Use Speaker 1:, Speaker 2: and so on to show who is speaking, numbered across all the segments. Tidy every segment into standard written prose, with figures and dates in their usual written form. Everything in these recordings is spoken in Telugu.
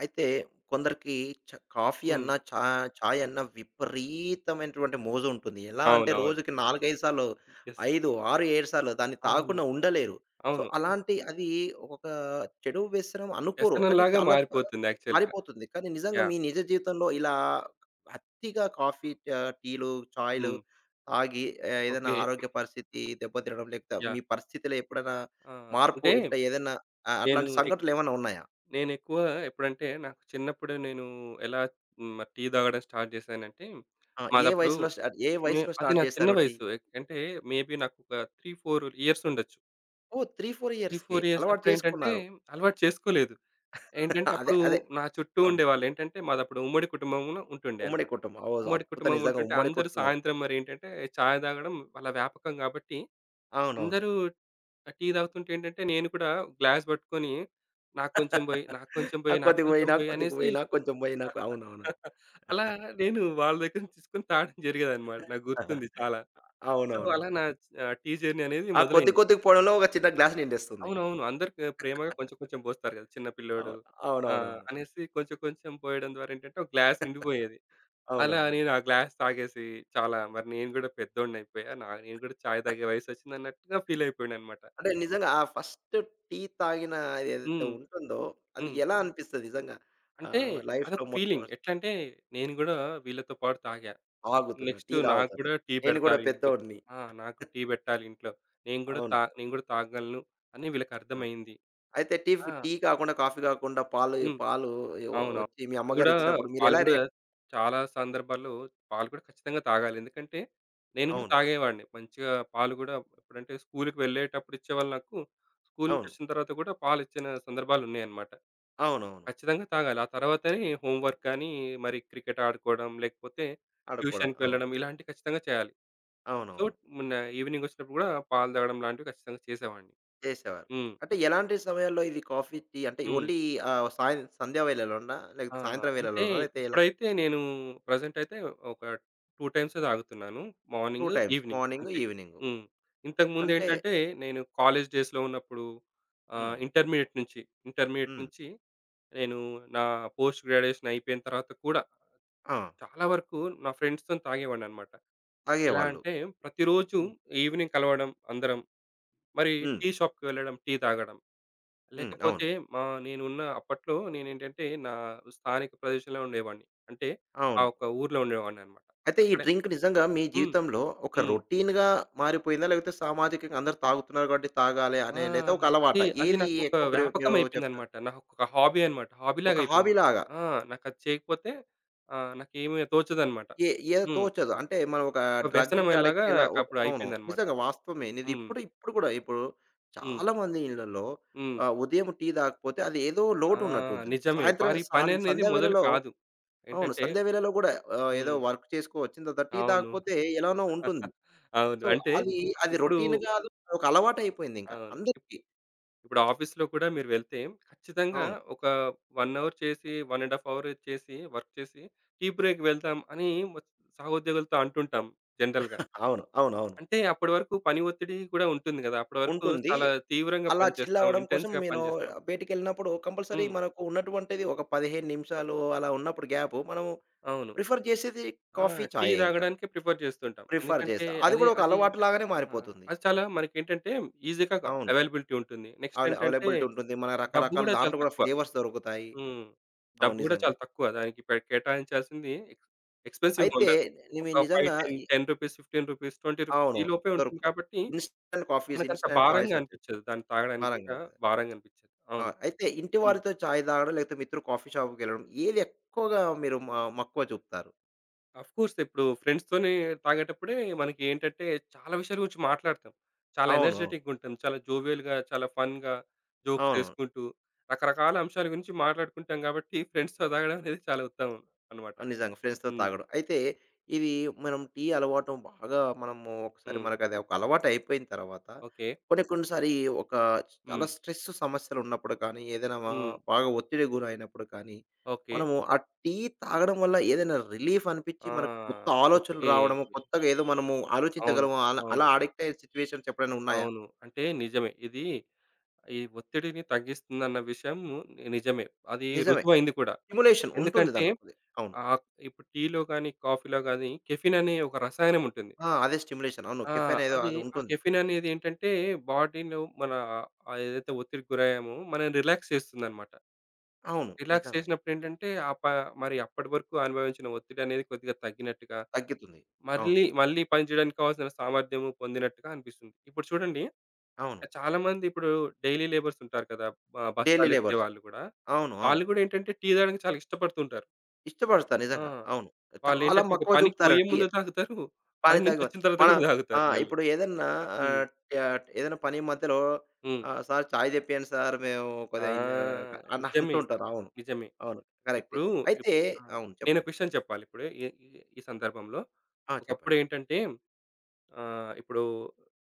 Speaker 1: అయితే కొందరికి కాఫీ
Speaker 2: హ్మ్.
Speaker 1: అన్నా, చాయ్ అన్నా విపరీతమైనటువంటి మోజు ఉంటుంది. ఎలా అంటే
Speaker 2: అవునవును.
Speaker 1: రోజుకి 4, 5 సార్లు,
Speaker 2: యెస్.
Speaker 1: 5, 6, 7 సార్లు దాన్ని
Speaker 2: అవును.
Speaker 1: తాగకుండా ఉండలేరు. సో,
Speaker 2: అవును.
Speaker 1: అలాంటి అది ఒక చెడు వ్యసనం అనుకోరు. కానీ
Speaker 2: వ్యసనంలాగా
Speaker 1: చాలా
Speaker 2: మారిపోతుంది యాక్చువల్‌గా.
Speaker 1: మారిపోతుంది. కానీ నిజంగా
Speaker 2: యాహ్!
Speaker 1: మీ నిజ జీవితంలో ఇలా అతిగా కాఫీ, టీలు, చాయ్‌లు
Speaker 2: హ్మ్.
Speaker 1: తాగి ఏదైనా
Speaker 2: ఓకే.
Speaker 1: ఆరోగ్య పరిస్థితి దెబ్బతినడం లేకపోతే మీ
Speaker 2: యాహ్!
Speaker 1: పరిస్థితిలో ఎప్పుడైనా
Speaker 2: ఆ!
Speaker 1: మార్పు
Speaker 2: అంటే
Speaker 1: ఇంట ఏదైనా
Speaker 2: నేను
Speaker 1: అట్లాంటి
Speaker 2: ఎక్
Speaker 1: సంఘటనలు ఏమైనా ఉన్నాయా?
Speaker 2: నేనెక్కువ నాకు చిన్నప్పుడు నేను ఎలా మరి టీ తాగడం స్టార్ట్ చేశానంటే,
Speaker 1: ఆ!
Speaker 2: మాదప్పుడు
Speaker 1: ఏ
Speaker 2: మే
Speaker 1: వయసులో
Speaker 2: అది
Speaker 1: స్టార్ట్
Speaker 2: నా చిన్న
Speaker 1: చేశారు టీ?
Speaker 2: వయసు. అంటే మేబీ నాకొక 3, 4 ఇయర్స్ ఉండొచ్చు.
Speaker 1: ఓహ్! 3, 4
Speaker 2: 3,
Speaker 1: ఇయర్స్‌కే
Speaker 2: 4 ఇయర్స్
Speaker 1: అలవాటు
Speaker 2: అప్పుడేంటంటే
Speaker 1: చేసుకున్నారు.
Speaker 2: అలవాటు చేసుకోలేదు. ఏంటంటే
Speaker 1: అదే.
Speaker 2: అప్పుడు
Speaker 1: అదే.
Speaker 2: నా చుట్టూ
Speaker 1: అవును.
Speaker 2: ఉండేవాళ్ళేంటంటే, మాదప్పుడు ఉమ్మడి కుటుంబంలో ఉంటుండే
Speaker 1: ఉమ్మడి
Speaker 2: అన్నమాట.
Speaker 1: కుటుంబం. ఓహ్!
Speaker 2: ఉమ్మడి
Speaker 1: అద్భుతం
Speaker 2: కుటుంబం
Speaker 1: నిజంగా
Speaker 2: ఉంటుంటే
Speaker 1: ఉమ్మడి
Speaker 2: అందరూ
Speaker 1: కుటుంబం.
Speaker 2: సాయంత్రం మరేంటంటే చాయ్ తాగడం వాళ్ళ వ్యాపకం గాబట్టి,
Speaker 1: అవునవును.
Speaker 2: అందరూ టీ తాగుతుంటే ఏంటంటే, నేను కూడా గ్లాస్ పట్టుకొని నాకు
Speaker 1: ఆ!
Speaker 2: కొంచెం బోయి, నాకు కొంచెం బోయి, నాకు
Speaker 1: కొద్దిగా
Speaker 2: కొంచెం
Speaker 1: పోయినా,
Speaker 2: బోయి
Speaker 1: కొద్దిగా
Speaker 2: అనేసి
Speaker 1: పోయినా, కొంచెం పోయినా అవునవును.
Speaker 2: అలా నేను వాళ్ళ దగ్గర నుంచి తీసుకొని తాగడం జరిగేదన్నమాట. నాకు గుర్తుంది చాలా. సో, అలా
Speaker 1: అవునవునవును.
Speaker 2: నా ఆహ్, టీ జర్నీ అనేది
Speaker 1: ఆ కొద్ది
Speaker 2: మొదలైంది.
Speaker 1: కొద్దిగా పోవడంలో ఒక చిన్న గ్లాస్ నిండేస్తుంది.
Speaker 2: అవునవును. అందరికి ప్రేమగా కొంచెం కొంచెం పోస్తారు కదా! చిన్న పిల్లోడు
Speaker 1: అవును. అవునవునవును.
Speaker 2: అనేసి కొంచెం కొంచెం పోయడం ద్వారా ఏంటంటే, ఒక గ్లాస్ నిండిపోయేది. అలా
Speaker 1: అవునవును.
Speaker 2: నేను ఆ గ్లాస్ తాగేసి మరి నేను గూడా పెద్దోడినయిపోయా. నేను గూడా చాయ్ తాగే వయసొచ్చిందన్నట్టుగా ఫీల్ అయిపోయానన్నమాట.
Speaker 1: అంటే నిజంగా ఆ ఫస్ట్ టీ తాగిన ఏదైతే
Speaker 2: హ్మ్.
Speaker 1: ఉంటుందో అది
Speaker 2: హ్మ్.
Speaker 1: ఎలా అనిపిస్తది నిజంగా?
Speaker 2: అంటే
Speaker 1: ఆహ్, లైఫ్‌లో
Speaker 2: అదొక ఫీలింగ్.
Speaker 1: మొట్టమొదటి
Speaker 2: ఎట్లంటే నేను గూడా వీళ్ళతో పాటు తాగా.
Speaker 1: తాగుతున్నా.
Speaker 2: నెక్స్ట్
Speaker 1: టీ
Speaker 2: నాకు
Speaker 1: తాగుతున్నా.
Speaker 2: గూడా టీ
Speaker 1: నేను కూడా
Speaker 2: పెడతారు ఇంట్లో.
Speaker 1: పెద్దోడిని.
Speaker 2: నాకు కూడా టీ పెట్టాలి ఇంట్లో.
Speaker 1: అవును.
Speaker 2: నేను గూడా తాగగలను అని
Speaker 1: ఆ!
Speaker 2: వీళ్ళకర్థమైంది.
Speaker 1: అయితే
Speaker 2: ఆ!
Speaker 1: టీ కాకుండా, కాఫీ కాకుండా పాలు
Speaker 2: హ్మ్.
Speaker 1: పాలు యొ
Speaker 2: అవునవును.
Speaker 1: వచ్చి మీ
Speaker 2: వాళ్ళు
Speaker 1: అమ్మగారు
Speaker 2: గూడా
Speaker 1: ఇచ్చినప్పుడు
Speaker 2: వాళ్ళు
Speaker 1: మీరెలా
Speaker 2: గూడా
Speaker 1: రియాక్ట్
Speaker 2: చాలా సందర్భాల్లో పాలు కూడా ఖచ్చితంగా తాగాలి. ఎందుకంటే, నేను గూడా
Speaker 1: అవును.
Speaker 2: తాగేవాడిని. మంచిగా పాలు గూడా ఎప్పుడంటే స్కూలుకి వెళ్ళేటప్పుడు ఇచ్చేవాళ్ళు నాకు. స్కూలు నుంచి
Speaker 1: అవును.
Speaker 2: వచ్చిన తర్వాత గూడా పాలిచ్చిన సందర్భాలున్నాయన్నమాట.
Speaker 1: అవునవును.
Speaker 2: ఖచ్చితంగా తాగాలి. ఆ తర్వాతనే హోమ్ వర్క్ కానీ, మరి క్రికెట్ ఆడుకోవడం, లేకపోతే
Speaker 1: ఆడ కూడా.
Speaker 2: ట్యూషన్‌కి
Speaker 1: అవును.
Speaker 2: వెళ్ళడం ఇలాంటివి ఖచ్చితంగా చేయాలి. సో,
Speaker 1: అవునవును.
Speaker 2: మొన్న ఈవినింగ్ వచ్చినప్పుడు గూడా పాలు తాగడం లాంటివి ఖచ్చితంగా చేసేవాడిని.
Speaker 1: చేసేవారు.
Speaker 2: హ్మ్.
Speaker 1: అంటే ఎలాంటి సమయాల్లో ఇది కాఫీ, టీ అంటే
Speaker 2: హ్మ్.
Speaker 1: ఓన్లీ ఆహ్, సంధ్యా వేళలోనా?
Speaker 2: ఆ!
Speaker 1: లేకపోతే సాయంత్రం
Speaker 2: అంటే
Speaker 1: వేళలోనా? లేతే ఎలా?
Speaker 2: ఇప్పుడైతే నేను ప్రెజెంట్ అయితే ఒక 2 టైమ్సే తాగుతున్నాను.
Speaker 1: 2
Speaker 2: మార్నింగ్,
Speaker 1: టైమ్స్
Speaker 2: ఈవినింగ్
Speaker 1: మార్నింగ్,
Speaker 2: అంతే.
Speaker 1: ఈవెనింగ్.
Speaker 2: హ్మ్.
Speaker 1: అంటే
Speaker 2: ఇంతకుముందేంటంటే నేను కాలేజ్ డేస్‌లో ఉన్నప్పుడు
Speaker 1: హ్మ్.
Speaker 2: ఇంటర్మీడియేట్ నుంచి, ఇంటర్మీడియేట్
Speaker 1: హ్మ్.
Speaker 2: నుంచి నేను నా పోస్ట్ గ్రాడ్యుయేషన్ అయిపోయిన తర్వాత కూడా
Speaker 1: ఆ!
Speaker 2: చాలా వరకు నా ఫ్రెండ్స్‌తోని తాగేవాడినన్నమాట. ఎలా
Speaker 1: తాగేవాళ్ళు.
Speaker 2: అంటే ప్రతిరోజు
Speaker 1: హ్మ్.
Speaker 2: ఈవినింగ్ కలవడం అందరం. మరి
Speaker 1: హ్మ్.
Speaker 2: టీ షాప్‌కి వెళ్ళడం, టీ తాగడం.
Speaker 1: హ్మ్. అవును.
Speaker 2: లేకపోతే మా నేనున్న అప్పట్లో నేనేంటంటే, నా స్థానిక ప్రదేశంలో ఉండేవాడిని. అంటే ఆ
Speaker 1: అవును.
Speaker 2: ఒక ఊర్లో ఉండేవాడిననమాట.
Speaker 1: అయితే ఈ
Speaker 2: అక్కడే
Speaker 1: డ్రింక్ నిజంగా మీ
Speaker 2: హ్మ్.
Speaker 1: జీవితంలో ఒక
Speaker 2: హ్మ్.
Speaker 1: రొటీన్‌గా మారిపోయిందా? లేకపోతే సామాజికంగా అందరూ తాగుతున్నారు కాబట్టి తాగాలి
Speaker 2: ఆ!
Speaker 1: అనే లేదా ఒక
Speaker 2: అది
Speaker 1: అలవాటా?
Speaker 2: అది
Speaker 1: ఏది
Speaker 2: నాకొక
Speaker 1: ఎక్కువ
Speaker 2: వ్యాపకం
Speaker 1: మీరు చెప్తారు?
Speaker 2: అయిపోయిందనమాట. నాకొక హాబీ అనమాట.
Speaker 1: ఒక
Speaker 2: హాబీలాగా అయిపోయింది.
Speaker 1: హాబీలాగా
Speaker 2: ఆ! నాకది చేయకపోతే నాకేమి తోచదనమాట.
Speaker 1: ఏ ఏదో
Speaker 2: హ్మ్.
Speaker 1: తోచదు. అంటే మనం ఒక
Speaker 2: ఒక
Speaker 1: డ్రగ్‌కి
Speaker 2: వ్యసనంలాగా
Speaker 1: అడిక్ట్ ఇలా ఒక
Speaker 2: నాకప్పుడు
Speaker 1: అవును.
Speaker 2: అయిపోయిందనమాట.
Speaker 1: నిజంగా వాస్తవమే. ఇది
Speaker 2: హ్మ్.
Speaker 1: ఇప్పుడు ఇప్పుడు కూడా ఇప్పుడు
Speaker 2: హ్మ్.
Speaker 1: చాలామంది ఇళ్లలో
Speaker 2: హ్మ్.
Speaker 1: ఆహ్, ఉదయం టీ తాగకపోతే అది ఏదో
Speaker 2: ఆ!
Speaker 1: లోటు ఉన్నట్టు ఉంటుంది.
Speaker 2: నిజమే.
Speaker 1: సాయంత్రం
Speaker 2: వారి పననేది
Speaker 1: సంధ్యా
Speaker 2: మొదలు
Speaker 1: వేళలో
Speaker 2: కాదు.
Speaker 1: అవును.
Speaker 2: ఏంటంటే
Speaker 1: సంధ్యా వేళలో కూడా ఆహ్, ఏదో
Speaker 2: హ్మ్.
Speaker 1: వర్క్ చేసుకో వచ్చిన తర్వాత టీ
Speaker 2: అవును.
Speaker 1: తాగకపోతే ఎలానో ఉంటుంది. సో,
Speaker 2: అంటే
Speaker 1: అది, అది
Speaker 2: ఇప్పుడు
Speaker 1: రొటీన్ గాదు. ఒక అలవాటయిపోయిందింక
Speaker 2: అవును.
Speaker 1: అందరికీ.
Speaker 2: ఇప్పుడు ఆఫీస్‌లో కూడా మీరు వెళ్తే ఖచ్చితంగా
Speaker 1: అవును.
Speaker 2: ఒక 1 అవర్ చేసి, 1 ½ అవర్ చేసి, వర్క్ చేసి టీ బ్రేక్ వెళ్దాం అని మ సహోద్యోగులతో అంటుంటాం జనరల్‌గా.
Speaker 1: అవును. అవునవును.
Speaker 2: అంటే అప్పటి వరకు పని ఒత్తిడి కూడా ఉంటుంది గదా! అప్పటి వరకు
Speaker 1: ఉంటుంది.
Speaker 2: చాలా తీవ్రంగా
Speaker 1: అలా చిల్
Speaker 2: పనిచేస్తాం.
Speaker 1: అవ్వడం కోసం
Speaker 2: ఇంటెన్స్‌గా
Speaker 1: నేను
Speaker 2: పనిచేస్తాం.
Speaker 1: బయటికెళ్ళినప్పుడు కంపల్సరీ
Speaker 2: హ్మ్.
Speaker 1: మనకు ఉన్నటువంటిది ఒక 15 నిమిషాలు అలా ఉన్నప్పుడు గ్యాపు మనము
Speaker 2: అవును.
Speaker 1: ప్రిఫర్ చేసేది
Speaker 2: ఆ!
Speaker 1: కాఫీ,
Speaker 2: టీ
Speaker 1: చాయే ఇంక.
Speaker 2: తాగడానికే ప్రిఫర్ చేస్తుంటాం.
Speaker 1: ప్రిఫర్
Speaker 2: ఎందుకంటే
Speaker 1: చేస్తా. అది
Speaker 2: అది
Speaker 1: కూడా ఒక
Speaker 2: అది
Speaker 1: అలవాటు
Speaker 2: ఏంట
Speaker 1: లాగానే
Speaker 2: ఆ!
Speaker 1: మారిపోతుంది.
Speaker 2: అది చాలా మనకేంటంటే ఈజీగా
Speaker 1: అవును.
Speaker 2: అవైలబిలిటీ ఉంటుంది. నెక్స్ట్ ఏంటంటే
Speaker 1: అవైలబిలిటీ ఉంటుంది. మన
Speaker 2: డబ్బు
Speaker 1: రకరకాల
Speaker 2: గూడా చాలా
Speaker 1: దాంట్లో కూడా
Speaker 2: తక్కువ.
Speaker 1: ఫ్లేవర్స్ దొరుకుతాయి.
Speaker 2: హ్మ్.
Speaker 1: అవును.
Speaker 2: డబ్బు గూడా
Speaker 1: నిజంగా.
Speaker 2: చాలా తక్కువ. దానికి కేటాయించాల్సింది ఎక్స్‌పెన్సివ్‌గా
Speaker 1: అయితే
Speaker 2: ఉండదు.
Speaker 1: నివి
Speaker 2: ఒక 5,
Speaker 1: నిజంగా
Speaker 2: 10,
Speaker 1: ఇ
Speaker 2: 10 రూపీస్, 15 రూపీస్, 20 రూపీస్
Speaker 1: అవును.
Speaker 2: ఈ లోపే ఉంటుంది
Speaker 1: దొరుకుతాయి.
Speaker 2: కాబట్టి,
Speaker 1: ఇన్‌స్టాంట్ కాఫీస్,
Speaker 2: మనకంత
Speaker 1: ఇన్‌స్టాంట్ చాయ్స్
Speaker 2: భారంగా
Speaker 1: వచ్చేసాయి.
Speaker 2: అనిపిచ్చదు. దాన్ని తాగడానికి గూడా
Speaker 1: బలంగుంటది.
Speaker 2: భారంగా అనిపిచ్చదు.
Speaker 1: ఆ! అయితే ఇంటి
Speaker 2: హ్మ్.
Speaker 1: వారితో చాయ్ తాగడం, లేకపోతే మిత్రులు కాఫీ షాప్‌కెళ్ళడం ఏది ఎక్కువగా మీరు మ మక్కువ చూపుతారు?
Speaker 2: ఆఫ్‌కోర్స్ ఇప్పుడు ఫ్రెండ్స్‌తోని తాగేటప్పుడే మనకి ఏంటంటే, చాలా విషయాల గురించి మాట్లాడతాం. చాలా
Speaker 1: అవును. అవును.
Speaker 2: ఎనర్జెటిక్‌గా ఉంటాం. చాలా జోవియల్‌గా, చాలా ఫన్‌గా జోక్స్
Speaker 1: అవునవును.
Speaker 2: వేసుకుంటూ, రకరకాల అంశాల గురించి మాట్లాడుకుంటాం కాబట్టి, ఫ్రెండ్స్‌తో తాగడం అనేది చాలా ఉత్తమం అన్నమాట.
Speaker 1: నిజంగా ఫ్రెండ్స్‌తో
Speaker 2: హ్మ్.
Speaker 1: తాగడం. అయితే ఇది మనం టీ అలవాటు బాగా మనము ఒకసారి
Speaker 2: హ్మ్.
Speaker 1: మనకది ఒక అలవాటయిపోయిన తర్వాత
Speaker 2: ఓకే.
Speaker 1: కొన్ని కొన్ని సారి ఒక చాలా
Speaker 2: హ్మ్.
Speaker 1: స్ట్రెస్ సమస్యలున్నప్పుడు కానీ, ఏదైనా మా
Speaker 2: హ్మ్.
Speaker 1: బాగా ఒత్తిడికి గురైనప్పుడు కానీ,
Speaker 2: ఓకే.
Speaker 1: మనము ఆ టీ తాగడం వల్ల ఏదైనా రిలీఫ్ అనిపిచ్చి
Speaker 2: ఆ!
Speaker 1: మనకు కొత్త ఆలోచనలు
Speaker 2: ఓకే.
Speaker 1: రావడము, కొత్తగా ఏదో మనము
Speaker 2: అవును.
Speaker 1: ఆలోచించగలము అలా అలా
Speaker 2: అవును.
Speaker 1: అడిక్ట్ అయ్యే సిట్యుయేషన్స్ ఎప్పుడైనా ఉన్నాయా?
Speaker 2: అవును. అంటే నిజమే. ఈ ఒత్తిడిని తగ్గిస్తుందన్న విషయం నిజమే. అది
Speaker 1: నిజమే.
Speaker 2: రుజువైంది కూడా.
Speaker 1: స్టిమ్యులేషన్ ఉంటుంది
Speaker 2: ఎందుకంటే
Speaker 1: దాంట్లో కొద్దిగా. అవును.
Speaker 2: ఆహ్, ఇప్పుడు టీలో గాని, కాఫీలో గాని కెఫెన్ అనే ఒక రసాయనం ఉంటుంది.
Speaker 1: ఆ! అదే స్టిమ్యులేషన్. అవును.
Speaker 2: ఆ!
Speaker 1: కెఫెన్ ఏదో
Speaker 2: అది
Speaker 1: అది
Speaker 2: ఆ
Speaker 1: ఉంటుంది.
Speaker 2: కెఫెన్ అనేది ఏంటంటే బాడీలో మన ఏదైతే ఒత్తిడికి గురయ్యామో మనల్ని రిలాక్స్ చేస్తుందన్నమాట.
Speaker 1: అవును.
Speaker 2: రిలాక్స్
Speaker 1: నిజమే.
Speaker 2: చేసినప్పుడు ఏంటంటే ఆ ప మరి అప్పటి వరకు అనుభవించిన ఒత్తిడి అనేది కొద్దిగా తగ్గినట్టుగా
Speaker 1: తగ్గుతుంది. అవును.
Speaker 2: మళ్ళీ, మళ్ళీ పని చేయడానికి కావాల్సిన సామర్థ్యము పొందినట్టుగా అనిపిస్తుంది. ఇప్పుడు చూడండి
Speaker 1: అవును.
Speaker 2: చాలామంది ఇప్పుడు డైలీ లేబర్స్ ఉంటారు కదా!
Speaker 1: డైలీ
Speaker 2: బస్తాలెత్తే
Speaker 1: లేబర్స్.
Speaker 2: వాళ్ళు గూడా.
Speaker 1: అవును.
Speaker 2: వాళ్ళు
Speaker 1: అవును.
Speaker 2: గూడా ఏంటంటే టీ తాగడానికి చాలా ఇష్టపడుతుంటారు.
Speaker 1: ఇష్టపడతా
Speaker 2: ఆ!
Speaker 1: నిజంగా. అవును. చాలా
Speaker 2: వాళ్ళేంటంటే ఒక
Speaker 1: మక్కువ
Speaker 2: పనికి
Speaker 1: చూపుతారు.
Speaker 2: పోయే
Speaker 1: టీ
Speaker 2: ముందు తాగుతారు.
Speaker 1: పానీ
Speaker 2: పని నుంచి
Speaker 1: తాగే
Speaker 2: వచ్చిన తర్వాత
Speaker 1: మన
Speaker 2: గూడా
Speaker 1: ఆ!
Speaker 2: తాగుతారు మళ్ళీ.
Speaker 1: ఇప్పుడు ఏదన్నా
Speaker 2: హ్మ్.
Speaker 1: ఆహ్, ఆహ్, ఏదైనా పని మధ్యలో
Speaker 2: హ్మ్.
Speaker 1: ఆహ్, సార్ చాయ్ తెప్పియండి సార్ మేము
Speaker 2: ఆ!
Speaker 1: కొద్దిగా ఇంద అని
Speaker 2: నిజమే.
Speaker 1: అంటుంటారు. అవును.
Speaker 2: నిజమే.
Speaker 1: అవును. కరెక్టే.
Speaker 2: ఇప్పుడు ఇప్
Speaker 1: అయితే
Speaker 2: ఆ!
Speaker 1: అవును.
Speaker 2: నేనొక
Speaker 1: చెప్పండి.
Speaker 2: విషయం చెప్పాలిప్పుడు ఈ ఈ ఈ సందర్భంలో.
Speaker 1: ఆ! చెప్పండి.
Speaker 2: ఒకప్పుడేంటంటే ఆహ్, ఇప్పుడు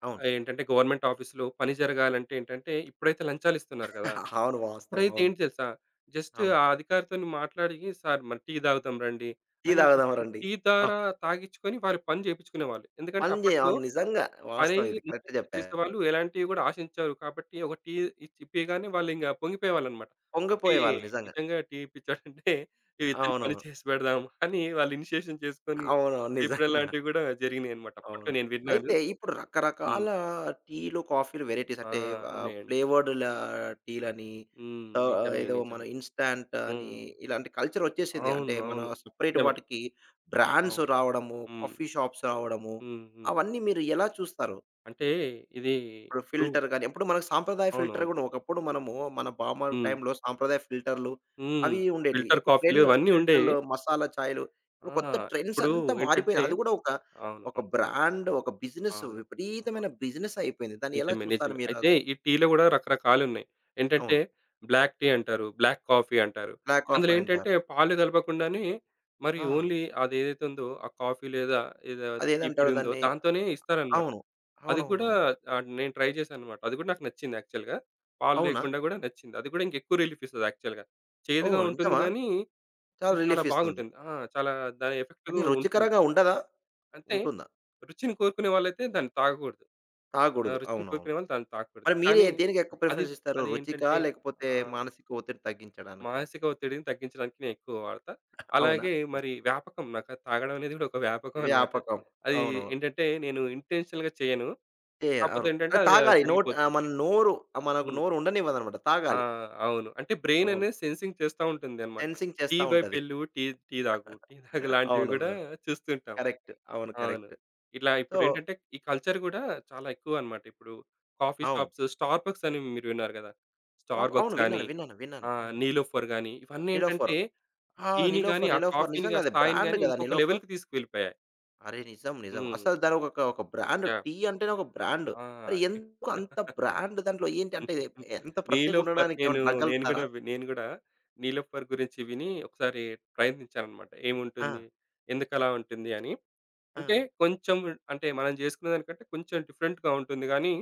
Speaker 1: అవును.
Speaker 2: ఏంటంటే గవర్నమెంట్ ఆఫీస్‌లో పని జరగాలంటే ఏంటంటే ఇప్పుడైతే లంచాలు ఇస్తున్నారు కదా!
Speaker 1: అవును. వాస్తవం.
Speaker 2: అప్పుడైతే
Speaker 1: అవును.
Speaker 2: ఏంటి తెలుసా? జస్ట్
Speaker 1: అవును.
Speaker 2: ఆ అధికారితోని మాట్లాడి "సార్ మరి టీ తాగుతాం రండి"
Speaker 1: టీ
Speaker 2: అని ఒక
Speaker 1: తాగుదాం
Speaker 2: ఒక
Speaker 1: రండి.
Speaker 2: టీ ద్వారా తాగిచ్చుకొని వారి పని చేపించుకునేవాళ్ళు. ఎందుకంటే
Speaker 1: పని జే
Speaker 2: అప్పట్లో
Speaker 1: అవును. నిజంగా.
Speaker 2: పని
Speaker 1: వాస్తవం ఇది. కరెక్ట్ జెప్పారు.
Speaker 2: చేసేవాళ్ళు ఎలాంటివి కూడా ఆశించరు కాబట్టి ఒక టీ ఇప్పీయగానే వాళ్ళు ఇంక పొంగిపోయేవాళ్ళన్నమాట. "ఏ
Speaker 1: పొంగిపోయేవాళ్ళు నిజంగా.
Speaker 2: నిజంగా టీ ఇప్పించాడంటే "ఏ, ఇతని పని
Speaker 1: అవునవును.
Speaker 2: చేసి పెడదాం" అని వాళ్ళు ఇనిషియేషన్ చేసుకొని
Speaker 1: అవునవును.
Speaker 2: చేపీయడం
Speaker 1: నిజంగా.
Speaker 2: లాంటివి కూడా జరిగినాయన్నమాట. అప్పట్లో
Speaker 1: అవును.
Speaker 2: నేను విన్నాను.
Speaker 1: అయితే ఇప్పుడు
Speaker 2: హ్మ్.
Speaker 1: రకరకాల టీలు, కాఫీలు వేరైటీస్
Speaker 2: ఆ!
Speaker 1: అంటే ఆహ్,
Speaker 2: ఉన్నాయండి.
Speaker 1: ఫ్లేవర్డ్ లా టీలని ఆహ్,
Speaker 2: నిజమే.
Speaker 1: ఏదో మన
Speaker 2: నిజమే.
Speaker 1: ఇన్‌స్టాంట్ అని
Speaker 2: హ్మ్.
Speaker 1: ఇలాంటి కల్చర్ ఒచ్చేసింది. అంటే
Speaker 2: అవును.
Speaker 1: మన
Speaker 2: అవును.
Speaker 1: సెపరేట్
Speaker 2: నిజమే.
Speaker 1: వాటికి బ్రాండ్స్
Speaker 2: అవును.
Speaker 1: రావడము,
Speaker 2: హ్మ్.
Speaker 1: కాఫీ షాప్స్ రావడము
Speaker 2: హ్మ్. హ్మ్.
Speaker 1: అవన్నీ మీరు ఎలా చూస్తారు?
Speaker 2: అంటే ఇది
Speaker 1: ఇప్పుడు
Speaker 2: ఇప్పుడు
Speaker 1: ఫిల్టర్ గాని, ఇప్పుడు మనకు సాంప్రదాయ ఫిల్టర్
Speaker 2: అవునవును.
Speaker 1: గూడా ఒకప్పుడు మనము మన బామ్మర్ది
Speaker 2: హ్మ్.
Speaker 1: టైంలో సాంప్రదాయ ఫిల్టర్‌లు
Speaker 2: హ్మ్.
Speaker 1: అవి ఉండేటివి.
Speaker 2: ఫిల్టర్
Speaker 1: ఇప్పుడు
Speaker 2: కాఫీలు
Speaker 1: ట్రెండ్
Speaker 2: ఇవన్నీ ఉండేవి.
Speaker 1: ఫిల్టర్‌లు, మసాలా చాయలు ఇప్పుడు
Speaker 2: ఆ!
Speaker 1: కొత్త ట్రెండ్స్
Speaker 2: ఇప్పుడు
Speaker 1: అంతా
Speaker 2: ఏంటంటే
Speaker 1: మారిపోయినాయి. అది గూడా ఒక
Speaker 2: అవును.
Speaker 1: ఒక
Speaker 2: అవును.
Speaker 1: బ్రాండ్, ఒక బిజినెస్
Speaker 2: అవును.
Speaker 1: విపరీతమైన
Speaker 2: అవును.
Speaker 1: బిజినెస్ అయిపోయింది. దాన్ని ఎలా
Speaker 2: నిజమే.
Speaker 1: చూస్తారు
Speaker 2: నిజమే.
Speaker 1: మీరు
Speaker 2: అయితే
Speaker 1: అసలు?
Speaker 2: ఈ టీలో గూడా రకరకాలున్నాయి. ఏంటంటే
Speaker 1: అవును.
Speaker 2: బ్లాక్ టీ అంటారు. బ్లాక్ కాఫీ అంటారు.
Speaker 1: బ్లాక్ ఆఫ్
Speaker 2: అందులో
Speaker 1: అంటారు.
Speaker 2: ఏంటంటే పాలు కలపకుండానే మరి
Speaker 1: ఆ!
Speaker 2: ఓన్లీ అదేదైతే ఉందో ఆ కాఫీ లేదా ఏదో టీ
Speaker 1: అదేదంటారు
Speaker 2: పొడి ఉందో
Speaker 1: దాన్ని?
Speaker 2: దాంతోనే ఇస్తారన్నమాట.
Speaker 1: అవును.
Speaker 2: అది కూడా
Speaker 1: అవునవునవును.
Speaker 2: నేను ట్రై చేశానన్నమాట. అది కూడా నాకు నచ్చింది యాక్చువల్‌గా. పాలు
Speaker 1: అవునా?
Speaker 2: లేకుండా కూడా నచ్చింది. అది కూడా ఇంకెక్కువ రిలీఫ్ ఇస్తది యాక్చువల్‌గా. చేదుగా
Speaker 1: ఓహ్!
Speaker 2: ఉంటుంది
Speaker 1: నిజమా?
Speaker 2: గానీ,
Speaker 1: చాలా
Speaker 2: అది చాలా
Speaker 1: రిలీఫ్ ఇస్తుంది.
Speaker 2: బాగుంటుంది. ఆ! చాలా దాని ఎఫెక్ట్
Speaker 1: అంటే
Speaker 2: ఉంటుంది.
Speaker 1: రుచికరంగా ఉండదా?
Speaker 2: అంటే
Speaker 1: ఉంటుందా?
Speaker 2: రుచిని కోరుకునే వాళ్ళైతే దాన్ని తాగకూడదు.
Speaker 1: తాగకూడదు.
Speaker 2: రుచిని
Speaker 1: అవునవును.
Speaker 2: కోరుకునే వాళ్ళు దాన్ని తాగకూడదు.
Speaker 1: మరి మీరు
Speaker 2: కానీ
Speaker 1: దేనికి ఎక్కువ
Speaker 2: అది
Speaker 1: ప్రిఫరెన్స్ ఇస్తారు? రుచికా?
Speaker 2: అదేంటంటే
Speaker 1: లేకపోతే
Speaker 2: ఆహ్,
Speaker 1: మానసిక ఒత్తిడి తగ్గించడానికా?
Speaker 2: మానసిక ఒత్తిడిని తగ్గించడానికి నేను ఎక్కువ వాడతా.
Speaker 1: అవునా?
Speaker 2: అలాగే మరి వ్యాపకం నాకు అది తాగడం అనేది కూడా ఒక వ్యాపకం అన్నమాట.
Speaker 1: వ్యాపకం.
Speaker 2: అది
Speaker 1: అవునవును.
Speaker 2: ఏంటంటే నేను ఇంటెన్షనల్‌గా చేయను. కాకపోతే
Speaker 1: అవును.
Speaker 2: ఏంటంటే
Speaker 1: అది
Speaker 2: అది అలా
Speaker 1: తాగాలి. నోట్ ఆహ్,
Speaker 2: జరిగిపోతుంది.
Speaker 1: మన నోరు ఆ, మనకు
Speaker 2: హ్మ్.
Speaker 1: నోరు ఉండనివ్వదనమాట.
Speaker 2: ఆ!
Speaker 1: తాగాలి.
Speaker 2: అవును. అంటే బ్రెయిన్
Speaker 1: అవును.
Speaker 2: అనేది సెన్సింగ్ చేస్తా ఉంటుందన్నమాట.
Speaker 1: సెన్సింగ్
Speaker 2: టీ
Speaker 1: చేస్తా ఉంటది.
Speaker 2: వైపెళ్ళు, టీ టీ తాగు, టీ తాగు లాంటివి
Speaker 1: అవును.
Speaker 2: గూడా
Speaker 1: అవును.
Speaker 2: చూస్తుంటాం.
Speaker 1: కరెక్ట్. అవును.
Speaker 2: అవును.
Speaker 1: కరెక్ట్.
Speaker 2: ఇట్లా
Speaker 1: సో
Speaker 2: ఇప్పుడేంటంటే ఈ కల్చర్ గూడా చాలా ఎక్కువన్నమాట. ఇప్పుడు కాఫీ
Speaker 1: అవును.
Speaker 2: షాప్స్, స్టార్ బక్స్ అని మీరు విన్నారు గదా!
Speaker 1: టాప్
Speaker 2: స్టార్ బక్స్
Speaker 1: అవును.
Speaker 2: గాని,
Speaker 1: విన్నాను. విన్నాను. విన్నాను. అవును.
Speaker 2: నీలోఫర్ గాని ఇవన్నీ
Speaker 1: 'నిలోఫర్.'
Speaker 2: ఏంటంటే
Speaker 1: ఆ!
Speaker 2: టీని గాని,
Speaker 1: 'నిలోఫర్.'
Speaker 2: ఆ
Speaker 1: 'నిలోఫర్.'
Speaker 2: కాఫీని
Speaker 1: నిజంగా
Speaker 2: గాని,
Speaker 1: అది
Speaker 2: స్థాయిని
Speaker 1: బ్రాండ్
Speaker 2: గాని
Speaker 1: గదా!
Speaker 2: ఇంకొక
Speaker 1: 'నిలోఫర్.'
Speaker 2: లెవెల్‌కి తీసుకెళ్ళిపోయాయి.
Speaker 1: అరే! నిజం. నిజం.
Speaker 2: హ్మ్.
Speaker 1: అసలు దానికొక ఒక ఒక బ్రాండ్
Speaker 2: యాహ్!
Speaker 1: టీ అంటేనే ఒక బ్రాండ్. మరి
Speaker 2: ఆ!
Speaker 1: ఎందుకు అంత బ్రాండ్ దాంట్లో ఏంటి అంటే ఇది ఎంత ప్రత్యేకంగా
Speaker 2: నీలోఫర్
Speaker 1: ఉండడానికి
Speaker 2: నేను
Speaker 1: ఏమైనా
Speaker 2: నేను
Speaker 1: నగ్గలుపుతారా?
Speaker 2: గూడా వి నేను గూడా నీలోఫర్ గురించి విని ఒకసారి ప్రయత్నించాననమాట.
Speaker 1: ఆ!
Speaker 2: ఏముంటుంది? ఎందుకలా ఉంటుంది అని.
Speaker 1: ఆ!
Speaker 2: అంటే కొంచెం అంటే మనం జేసుకునే దానికంటే కొంచెం డిఫరెంట్‌గా ఉంటుంది గానీ,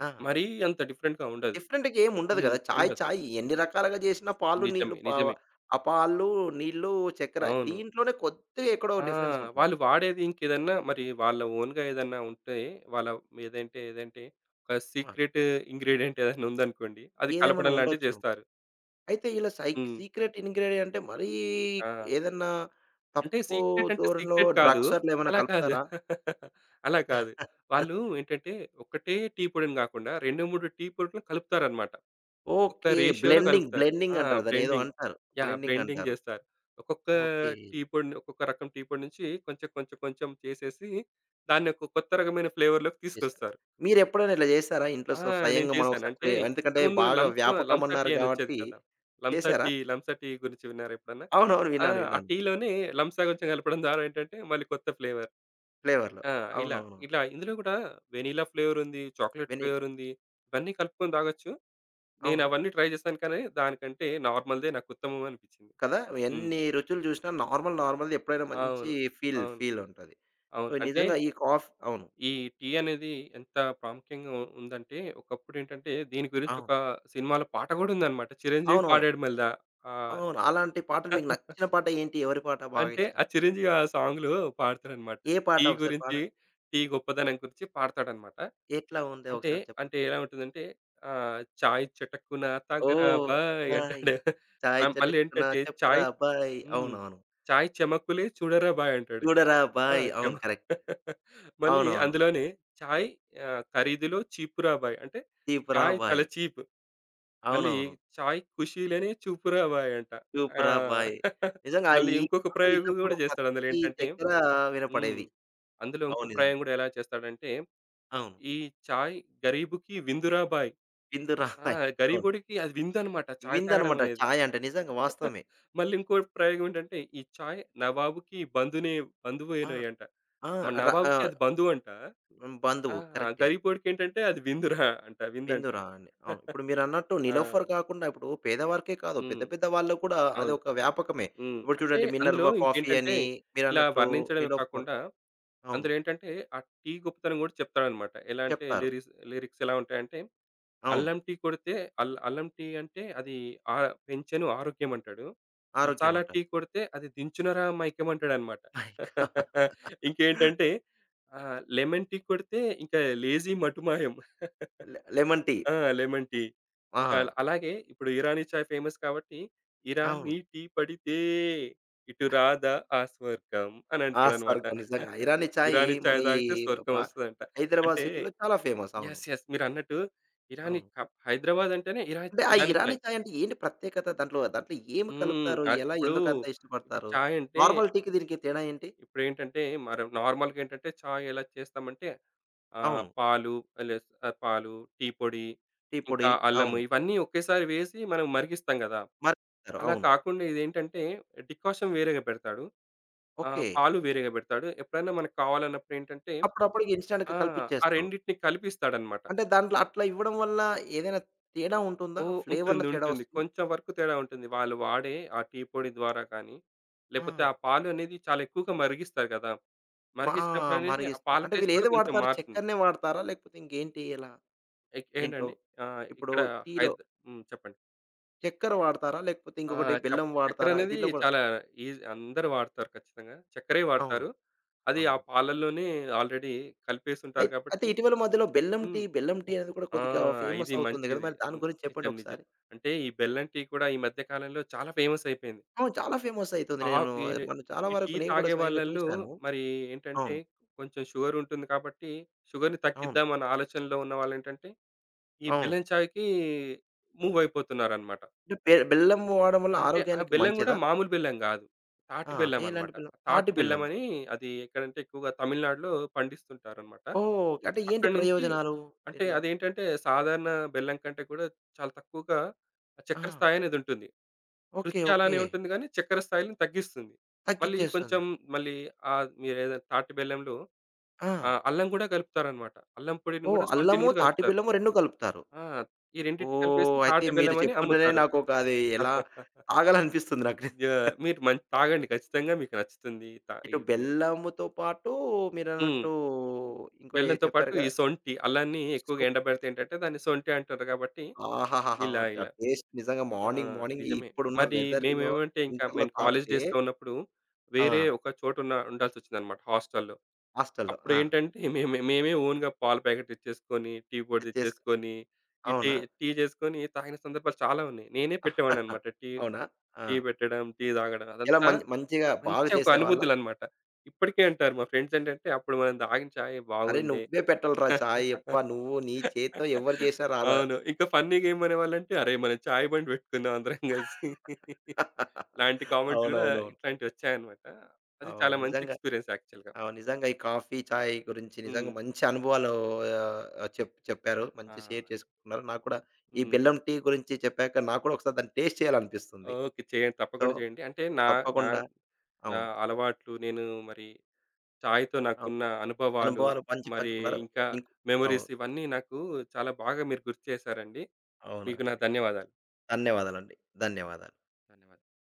Speaker 1: ఆ!
Speaker 2: మరీ అంత డిఫరెంట్‌గా ఉండదు.
Speaker 1: డిఫరెంట్‌గా ఏమి ఉండదు గదా! చాయ్
Speaker 2: ఉండదు.
Speaker 1: చాయ్ ఎన్ని రకాలుగా జేసినా పాలు, నీళ్లు
Speaker 2: నిజమే.
Speaker 1: పావ
Speaker 2: నిజమే.
Speaker 1: ఆ పాలు, నీళ్లు, చక్కెర
Speaker 2: అవును.
Speaker 1: దీంట్లోనే కొద్దిగా ఎక్కడో
Speaker 2: ఆ!
Speaker 1: డిఫరెన్స్ ఉంటుంది.
Speaker 2: వాళ్ళు వాడేది ఇంకేదన్నా మరి వాళ్ళ ఓన్‌గా ఏదన్నా ఉంటే వాళ్ళ ఏదంటే ఏదంటే ఒక
Speaker 1: ఆ!
Speaker 2: సీక్రెట్ ఇంగ్రీడియెంట్ ఏదైనా ఉందనుకోండి, అది
Speaker 1: ఏదేమైనా
Speaker 2: కలపడం లాంటివి
Speaker 1: ఉండొచ్చేమో.
Speaker 2: జేస్తారు.
Speaker 1: అయితే ఇలా
Speaker 2: హ్మ్.
Speaker 1: సీక్రెట్ ఇంగ్రీడియంట్ అంటే మరీ
Speaker 2: ఆ!
Speaker 1: ఏదన్నా
Speaker 2: అంటే
Speaker 1: తప్పు దూరంలో
Speaker 2: సీక్రెట్ కాదు.
Speaker 1: డ్రగ్స్ అట్లా ఏమైనా
Speaker 2: అలా కాదు.
Speaker 1: కలుపుతారా?
Speaker 2: అలా కాదు. వాళ్ళు ఏంటంటే ఒక్కటే టీ పొడిని గాకుండా 2, 3 టీ పొడులు కలుపుతారన్నమాట. ఒక్క
Speaker 1: ఓకే.
Speaker 2: రేషియోలో
Speaker 1: బ్లెండింగ్,
Speaker 2: కలుపుతారు.
Speaker 1: బ్లెండింగ్
Speaker 2: ఆ!
Speaker 1: అంటారు. దాన్నేదో
Speaker 2: బ్లెండింగ్.
Speaker 1: అంటారు.
Speaker 2: యాహ్!
Speaker 1: బ్లెండింగ్
Speaker 2: బ్లెండింగ్
Speaker 1: అంటారు.
Speaker 2: జేస్తారు. ఒక్కొక్క
Speaker 1: ఓకే.
Speaker 2: టీ పొడిని ఒక్కొక్క రకం టీ పొడి నుంచి కొంచెం, కొంచెం, కొంచెం చేసేసి దాన్ని ఒక కొత్త రకమైన ఫ్లేవర్‌లోకి
Speaker 1: చేశారా?
Speaker 2: తీసుకొస్తారు.
Speaker 1: మీరెప్పుడైనా ఇట్లా జేశారా? ఇంట్లో
Speaker 2: ఆ! నేను
Speaker 1: స్వయంగా మనం
Speaker 2: చేశాను.
Speaker 1: ఒకసారి
Speaker 2: అంటే
Speaker 1: ట్రై ఎందుకంటే
Speaker 2: ఇంతకుముందు
Speaker 1: బాగా
Speaker 2: లంస లంస టీ
Speaker 1: వ్యాపకమన్నారు
Speaker 2: అనొచ్చేది
Speaker 1: గాబట్టి
Speaker 2: కదా! లంస
Speaker 1: చేశారా?
Speaker 2: టీ, లంస టీ గురించి విన్నారా ఎప్పుడన్నా?
Speaker 1: అవునవును.
Speaker 2: ఆ!
Speaker 1: విన్నాను.
Speaker 2: ఆ
Speaker 1: విన్నాను.
Speaker 2: టీలోనే లంసా కొంచెం కలపడం ద్వారా ఏంటంటే మళ్ళీ కొత్త ఫ్లేవర్.
Speaker 1: ఫ్లేవర్‌లో.
Speaker 2: ఆ! ఇలా,
Speaker 1: అవునవును.
Speaker 2: ఇలా ఇందులో కూడా వెనిలా ఫ్లేవర్ ఉంది. Chocolate
Speaker 1: vanilla.
Speaker 2: ఫ్లేవర్ ఉంది. ఇవన్నీ కలుపుకొని తాగొచ్చు. నేను
Speaker 1: అవునా?
Speaker 2: అవన్నీ ట్రై చేశాను కానీ దానికంటే నార్మల్‌దే నాకు ఉత్తమం అనిపించింది.
Speaker 1: కదా!
Speaker 2: హ్మ్.
Speaker 1: ఎన్ని రుచులు జూసినా నార్మల్‌ది ఎప్పుడైనా మంచి
Speaker 2: అవును.
Speaker 1: ఫీల్
Speaker 2: అవును.
Speaker 1: ఫీల్ ఉంటది. సో,
Speaker 2: అవును. అంటే
Speaker 1: నిజంగా ఈ కాఫ్ అవును.
Speaker 2: ఈ టీ అనేది ఎంత ప్రాముఖ్యంగా ఉందంటే, ఒకప్పుడు ఏంటంటే దీని గురించి
Speaker 1: అవును.
Speaker 2: ఒక సినిమాలో పాట గూడా ఉందన్నమాట. చిరంజీవి
Speaker 1: అవును.
Speaker 2: పాడాడు మళ్ళా. ఆహ్,
Speaker 1: అవును. అలాంటి పాటలు మీకు నచ్చిన పాట ఏంటి? ఎవరి పాట బాగా
Speaker 2: అంటే
Speaker 1: ఇష్టం?
Speaker 2: ఆ చిరంజీవి ఆ సాంగ్‌లో పాడతాడన్నమాట.
Speaker 1: ఏ పాట
Speaker 2: టీ
Speaker 1: ఒకసారి
Speaker 2: గురించి,
Speaker 1: పాడండి?
Speaker 2: టీ గొప్పదనం గురించి పాడతాడన్నమాట.
Speaker 1: ఎట్లా ఉందో
Speaker 2: అంటే,
Speaker 1: ఒకసారి చెప్తారా?
Speaker 2: అంటే ఎలా ఉంటుందంటే చాయ్ చటక్కున తాగరా
Speaker 1: ఓహ్!
Speaker 2: Bye
Speaker 1: bye.
Speaker 2: అంటాడు.
Speaker 1: చాయ్
Speaker 2: ఆహ్, మళ్ళీ
Speaker 1: చటుక్కున
Speaker 2: ఏంటంటే చాయ్
Speaker 1: చెప్పరా బాయ్.
Speaker 2: హ్మ్.
Speaker 1: అవునవును.
Speaker 2: చాయ్ చెమకులే చూడరా బాయ్ అంటాడు.
Speaker 1: చూడరా
Speaker 2: ఆ!
Speaker 1: బాయ్.
Speaker 2: చెమ
Speaker 1: అవును. కరెక్ట్.
Speaker 2: మళ్ళీ
Speaker 1: అవునవును.
Speaker 2: అందులోనే చాయ్ ఖరీదులో చీపురా బాయ్. అంటే
Speaker 1: తీపురా
Speaker 2: చాయ్ చాలా
Speaker 1: బాయ్.
Speaker 2: చీప్. మళ్ళీ
Speaker 1: అవునవును.
Speaker 2: చాయ్ ఖుషీలోనే చూపురా బాయ్ అంట. ఆ!
Speaker 1: చూపురా బాయ్. నిజంగా
Speaker 2: మళ్ళీ
Speaker 1: ఈ
Speaker 2: ఇంకొక
Speaker 1: పాట
Speaker 2: ప్రయోగం
Speaker 1: విన్నప్పుడు
Speaker 2: గూడా చేస్తాడు అందులో
Speaker 1: ప్రతి
Speaker 2: ఏంటంటే
Speaker 1: దగ్గర
Speaker 2: హ్మ్.
Speaker 1: వినపడేది.
Speaker 2: అందులో ఇంకో
Speaker 1: అవును. నిజమే.
Speaker 2: ప్రయోగం గూడా ఎలా చేస్తాడంటే,
Speaker 1: అవును.
Speaker 2: ఈ చాయ్ గరీబుకి విందురా బాయ్.
Speaker 1: విందురా
Speaker 2: ఆ!
Speaker 1: బాయ్. అవును.
Speaker 2: గరీబోడికి అది విందనమాట చాయ్ తాగడం
Speaker 1: విందనమాట
Speaker 2: అనేది.
Speaker 1: చాయ్ అంటే నిజంగా వాస్తవమే.
Speaker 2: మళ్ళీ ఇంకో ప్రయోగం ఏంటంటే, ఈ చాయ్ నవాబుకి
Speaker 1: ఆ!
Speaker 2: బంధువేనోయ్ అంట.
Speaker 1: ఆ!
Speaker 2: మన
Speaker 1: ర
Speaker 2: నవాబుకి
Speaker 1: ఆహ్,
Speaker 2: అది బంధువంట. ఆ!
Speaker 1: బంధువు కరెక్టే.
Speaker 2: గరిగిపోడికేంటంటే అది విందురా అంట. విందంట.
Speaker 1: విందురా అండి. అవును. ఇప్పుడు మీరన్నట్టు
Speaker 2: ఆ!
Speaker 1: నిలోఫర్ కాకుండా ఇప్పుడు పేదవారికే కాదు. పెద్ద
Speaker 2: హ్మ్.
Speaker 1: పెద్ద వాళ్ళు కూడా
Speaker 2: అవును.
Speaker 1: అదొక వ్యాపకమే. ఇప్పుడు
Speaker 2: అంటే
Speaker 1: చూడండి
Speaker 2: అందులో
Speaker 1: 'మినర్వా కాఫీ'
Speaker 2: ఇంకేంటంటే
Speaker 1: అని
Speaker 2: ఇలా
Speaker 1: మీరన్నట్టు
Speaker 2: వర్ణించడమే
Speaker 1: 'నిలోఫర్'
Speaker 2: కాకుండా
Speaker 1: అవును.
Speaker 2: అందులో ఏంటంటే ఆ టీ గొప్పతనం గూడా చెప్తాడన్నమాట. ఎలా అంటే
Speaker 1: చెప్తారు.
Speaker 2: లిరిక్స్ ఎలా ఉంటాయంటే
Speaker 1: అవును.
Speaker 2: అల్లం టీ కొడితే అల్లం టీ అంటే అది ఆ పెంచెను ఆరోగ్యం అంటాడు.
Speaker 1: ఆరోగ్యం
Speaker 2: మసాలా టీ
Speaker 1: అంటారు.
Speaker 2: కొడితే అది దించునరా మైకం అంటాడన్నమాట.
Speaker 1: పైగా
Speaker 2: ఇంకేంటంటే లెమన్ టీ కొడితే ఇంకా లేజీ మటుమాయం.
Speaker 1: Lemon tea.
Speaker 2: ఆ! Lemon tea.
Speaker 1: ఆ!
Speaker 2: అల్ అలాగే ఇప్పుడు 'ఇరానీ చాయ్' ఫేమస్ కాబట్టి,
Speaker 1: అవును.
Speaker 2: ఇరానీ టీ పడితే ఇటు రాదా ఆ స్వర్గం అని
Speaker 1: ఆ!
Speaker 2: అంటాడనమాట.
Speaker 1: స్వర్గం నిజంగా. ఇరానీ చాయ్
Speaker 2: ఇరానీ
Speaker 1: మన
Speaker 2: చాయ్
Speaker 1: ఈ
Speaker 2: తాగితే
Speaker 1: ప
Speaker 2: స్వర్గం వస్తదంట.
Speaker 1: హైదరాబాద్
Speaker 2: అంటే
Speaker 1: సిటీలో చాలా ఫేమస్. అవును.
Speaker 2: యెస్. యెస్. మీరన్నట్టు ఇరానీ
Speaker 1: అవును.
Speaker 2: క హైదరాబాద్ అంటేనే
Speaker 1: అంటే ఆ
Speaker 2: ఇరానీ
Speaker 1: ఇరానీ
Speaker 2: చాయ్.
Speaker 1: చాయ్ అంటే ఏంటి ప్రత్యేకత? దాంట్లో దాంట్లో ఏమి
Speaker 2: హ్మ్.
Speaker 1: కలుపుతారు?
Speaker 2: ఆహ్,
Speaker 1: ఎలా
Speaker 2: ఇప్పుడు,
Speaker 1: ఎందుకంత
Speaker 2: ఇప్పుడు
Speaker 1: ఇష్టపడతారు?
Speaker 2: చాయ్ అంటే
Speaker 1: నార్మల్ టీకి దీనికి తేడా ఏంటి?
Speaker 2: ఇప్పుడేంటంటే మనం నార్మల్‌గా ఏంటంటే చాయ్ ఎలా చేస్తామంటే ఆహ్,
Speaker 1: అవును.
Speaker 2: పాలు లెస్ ఆహ్, పాలు, టీ పొడి,
Speaker 1: టీ పొడి.
Speaker 2: ఇంకా అల్లము
Speaker 1: అవును.
Speaker 2: ఇవన్నీ ఒకేసారి వేసి మనం మరిగిస్తాం గదా!
Speaker 1: మరిగిస్తారు.
Speaker 2: అలా
Speaker 1: అవును.
Speaker 2: కాకుండా ఇదేంటంటే డికాషన్ వేరేగా పెడతాడు.
Speaker 1: ఓకే.
Speaker 2: పాలు వేరేగా పెడతాడు. ఎప్పుడైనా మనకు కావాలన్నప్పుడు ఏంటంటే
Speaker 1: అప్పుడప్పుడుకి ఇన్‌స్టాంట్‌గా
Speaker 2: ఆ! ఆ
Speaker 1: కలిపిచ్చేస్తాడు.
Speaker 2: రెండిటిని కలిపిస్తాడన్నమాట.
Speaker 1: అంటే దాంట్లో అట్లా ఇవ్వడం వల్ల ఏదైనా తేడా ఉంటుందా?
Speaker 2: ఓహ్!
Speaker 1: ఫ్లేవర్‌లో
Speaker 2: ఉంటుంది.
Speaker 1: తేడా
Speaker 2: ఉంటుంది.
Speaker 1: వస్తుందా?
Speaker 2: కొంచెం వరకు తేడా ఉంటుంది. వాళ్ళు వాడే ఆ టీ పొడి ద్వారా కానీ,
Speaker 1: ఆ!
Speaker 2: లేకపోతే ఆ పాలు అనేది చాలా ఎక్కువగా మరిగిస్తారు కదా!
Speaker 1: మా
Speaker 2: మరిగించినప్పుడు అనేది ఆ
Speaker 1: మరిగిస్తారు.
Speaker 2: పాల
Speaker 1: అంటే
Speaker 2: టేస్ట్ కూడా
Speaker 1: వీళ్ళేది
Speaker 2: కొంచెం
Speaker 1: వాడతారు?
Speaker 2: మారుతుంది.
Speaker 1: చక్కెరనే వాడతారా? లేకపోతే ఇంకేంటి ఎలా
Speaker 2: ఎక్
Speaker 1: దీంట్లో?
Speaker 2: ఏంటండి ఆహ్,
Speaker 1: ఇప్పుడు
Speaker 2: ఇక్కడ
Speaker 1: టీలో
Speaker 2: హైద్ హ్మ్. చెప్పండి.
Speaker 1: చక్కెర వాడతారా? లేకపోతే
Speaker 2: ఆ!
Speaker 1: ఇంకొకటి
Speaker 2: చప్
Speaker 1: బెల్లం వాడతారా?
Speaker 2: చక్కెరనేది
Speaker 1: దీంట్లో కూడా
Speaker 2: చాలా ఈజీ అందరూ వాడతారు ఖచ్చితంగా. చక్కరే
Speaker 1: అవును.
Speaker 2: వాడతారు. అది ఆ
Speaker 1: అవును.
Speaker 2: పాలల్లోనే ఆల్రెడీ
Speaker 1: అయి
Speaker 2: కలిపేసుంటారు
Speaker 1: అయితే
Speaker 2: కాబట్టి
Speaker 1: ఇటీవల మధ్యలో బెల్లం టీ,
Speaker 2: హ్మ్.
Speaker 1: బెల్లం టీ అనేది కూడా
Speaker 2: ఆ!
Speaker 1: కొద్దిగా ఫేమస్
Speaker 2: ఇది
Speaker 1: అవుతుంది గదా!
Speaker 2: మంచిది.
Speaker 1: మరి దాని గురించి చెప్పండి
Speaker 2: నిజం. నిజం.
Speaker 1: ఒకసారి.
Speaker 2: అంటే ఈ బెల్లం టీ కూడా ఈ మధ్య కాలంలో చాలా ఫేమస్ అయిపోయింది.
Speaker 1: అవును. చాలా ఫేమస్ అయితుంది.
Speaker 2: తా
Speaker 1: నేను అది
Speaker 2: ఈడే
Speaker 1: మనం చాలా
Speaker 2: ఈ
Speaker 1: వరకు
Speaker 2: టీ
Speaker 1: నేను కూడా
Speaker 2: తాగే
Speaker 1: స్వయంగా
Speaker 2: వాళ్ళలో
Speaker 1: చూసాను.
Speaker 2: మరి ఏంటంటే
Speaker 1: అవును.
Speaker 2: కొంచెం షుగర్ ఉంటుంది కాబట్టి షుగర్‌ని
Speaker 1: అవును.
Speaker 2: తగ్గిద్దాం అన్న ఆలోచనలో ఉన్న వాళ్ళేంటంటే ఈ
Speaker 1: అవును.
Speaker 2: బెల్లం చాయ్‌కి మూవ్ అయిపోతున్నారన్నమాట.
Speaker 1: అంటే బెల్లం వాడడం వల్ల
Speaker 2: అంటే ఆ
Speaker 1: ఆరోగ్యానికి
Speaker 2: బెల్లం గూడా
Speaker 1: మంచిదా?
Speaker 2: మామూలు బెల్లం గాదు. తాటి
Speaker 1: ఆ!
Speaker 2: బెల్లం
Speaker 1: ఎలాంటి
Speaker 2: అన్నమాట.
Speaker 1: బెల్లం?
Speaker 2: తాటి
Speaker 1: తాటి
Speaker 2: బెల్లం
Speaker 1: బెల్లం.
Speaker 2: అని అది ఎక్కడంటే ఎక్కువగా తమిళనాడులో పండిస్తుంటారన్నమాట.
Speaker 1: ఓహ్! అంటే ఏంటి
Speaker 2: అక్కడి నుంచి
Speaker 1: ప్రయోజనాలు?
Speaker 2: అంటే
Speaker 1: ఇట్లా
Speaker 2: అదేంటంటే సాధారణ బెల్లం కంటే కూడా చాలా తక్కువగా ఆ
Speaker 1: ఆ!
Speaker 2: చక్కెర స్థాయి అనేది ఉంటుంది.
Speaker 1: ఓకే.
Speaker 2: రుచి
Speaker 1: ఓకే.
Speaker 2: అలానే ఉంటుంది గానీ చక్కెర స్థాయిని తగ్గిస్తుంది. మళ్ళీ
Speaker 1: తగ్గిచ్చేస్తుంది.
Speaker 2: కొంచెం మళ్ళీ ఆహ్, మీరేదో తాటి బెల్లంలో
Speaker 1: ఆ!
Speaker 2: అల్లం గూడా కలుపుతారన్నమాట. అల్లం పొడిని
Speaker 1: ఓహ్!
Speaker 2: గూడా, సొంటిని
Speaker 1: అల్లము,
Speaker 2: గూడా
Speaker 1: తాటి
Speaker 2: కలుపుతారు.
Speaker 1: బెల్లము 2 కలుపుతారు.
Speaker 2: ఆ! ఈ రెండిటిని
Speaker 1: ఓహ్!
Speaker 2: కలిపేసి
Speaker 1: అయితే
Speaker 2: తాటి
Speaker 1: మీరు
Speaker 2: బెల్లం అని
Speaker 1: చెప్తుంటేనే
Speaker 2: అమ్ముతారు.
Speaker 1: నాకొక అది ఎలా తాగాలనిపిస్తుంది నాకు.
Speaker 2: యాహ్! మీరు తాగండి ఖచ్చితంగా మీకు నచ్చుతుంది.
Speaker 1: ఇటు
Speaker 2: ఇవన్నీ
Speaker 1: బెల్లముతో పాటు
Speaker 2: హ్మ్.
Speaker 1: మీరన్నట్టు ఇంకో ఏదో
Speaker 2: బెల్లంతో పాటు
Speaker 1: చెప్పారు
Speaker 2: ఈ
Speaker 1: కదా!
Speaker 2: సొంటి అల్లాన్ని ఎక్కువగా ఎండబెడితే ఏంటంటే దాన్ని సొంటి అంటారు కాబట్టి
Speaker 1: ఆహాహాహా!
Speaker 2: ఇలా
Speaker 1: ఆ
Speaker 2: ఇలా.
Speaker 1: టేస్ట్ నిజంగా
Speaker 2: ఆ!
Speaker 1: మార్నింగ్, మార్నింగ్
Speaker 2: నిజమే.
Speaker 1: ఇప్పుడున్న
Speaker 2: మరి
Speaker 1: వెదర్‌లో
Speaker 2: మేమేమంటే ఇంకా
Speaker 1: వింటర్‌లో
Speaker 2: మేము కాలేజ్
Speaker 1: తాగితే
Speaker 2: డేస్‌లో ఉన్నప్పుడు వేరే
Speaker 1: ఆ!
Speaker 2: ఒక చోట ఉండాల్సొచ్చిందన్నమాట హాస్టల్‌లో.
Speaker 1: హాస్టల్‌లో. ఆ!
Speaker 2: అప్పుడేంటంటే మేమే మేమే ఓన్‌గా పాల ప్యాకెట్ తెచ్చేసుకొని, టీ పొడి
Speaker 1: చేసుకు
Speaker 2: తెచ్చేసుకొని, ఈ టీ
Speaker 1: అవునా?
Speaker 2: టీ చేసుకొని తాగిన సందర్భాలు చాలా ఉన్నాయి. నేనే పెట్టేవాడినన్నమాట టీ
Speaker 1: అవునా? ఆ!
Speaker 2: టీ పెట్టడం, టీ తాగడం
Speaker 1: ఎలా
Speaker 2: అదంతా
Speaker 1: మంచిగా బాగా
Speaker 2: మంచి ఒక
Speaker 1: చేసేవాళ్ళా?
Speaker 2: అనుభూతులన్నమాట. ఇప్పటికే అంటారు మా ఫ్రెండ్స్ ఏంటంటే, "అప్పుడు మనం తాగిన చాయ్
Speaker 1: "అరే!
Speaker 2: బాగుండే."
Speaker 1: నువ్వే పెట్టాలిరా చాయ్ యబ్బా! నువ్వు నీ చేత్తో ఎవరు చేసినా రాదా?"
Speaker 2: అవును. ఇంకా ఫన్నీగా ఏమనేవాళ్ళంటే, "అరేయ్! మనం చాయ్ బండి పెట్టుకుందాం అందరం కలిసి." లాంటి కామెంట్స్ గూడా
Speaker 1: అవునవునవును.
Speaker 2: ఇట్లాంటివొచ్చాయన్నమాట. అది
Speaker 1: అవును.
Speaker 2: చాలా మంచి
Speaker 1: నిజంగా.
Speaker 2: ఎక్స్‌పీరియన్స్ యాక్చువల్‌గా.
Speaker 1: అవును. నిజంగా ఈ కాఫీ, చాయ్ గురించి నిజంగా
Speaker 2: హ్మ్.
Speaker 1: మంచి అనుభవాలు ఆహ్, చెప్పారు.
Speaker 2: ఆ!
Speaker 1: మంచి షేర్ చేసుకున్నారు. నాకు కూడా ఈ
Speaker 2: హ్మ్.
Speaker 1: బెల్లం టీ గురించి చెప్పాక నాకు కూడా ఒకసారి దాన్ని టేస్ట్ చేయాలనిపిస్తుంది.
Speaker 2: ఓకే. చేయండి.
Speaker 1: సో
Speaker 2: తప్పకుండా చేయండి. అంటే నా నా
Speaker 1: తప్పకుండా.
Speaker 2: నా
Speaker 1: అవును.
Speaker 2: అలవాట్లు, నేను మరి చాయ్‌తో
Speaker 1: అవ్
Speaker 2: నాకున్న అనుభవాలు,
Speaker 1: అనుభవాలు
Speaker 2: మరి
Speaker 1: పంచుకున్నారు.
Speaker 2: ఇంకా
Speaker 1: ఇంక్ అవును.
Speaker 2: మెమోరీస్ ఇవన్నీ నాకు చాలా బాగా మీరు గుర్తు చేశారండి.
Speaker 1: అవునా
Speaker 2: మీకు నా
Speaker 1: అండి.
Speaker 2: ధన్యవాదాలు.
Speaker 1: ధన్యవాదాలండి. ధన్యవాదాలు.
Speaker 2: ధన్యవాదాలు.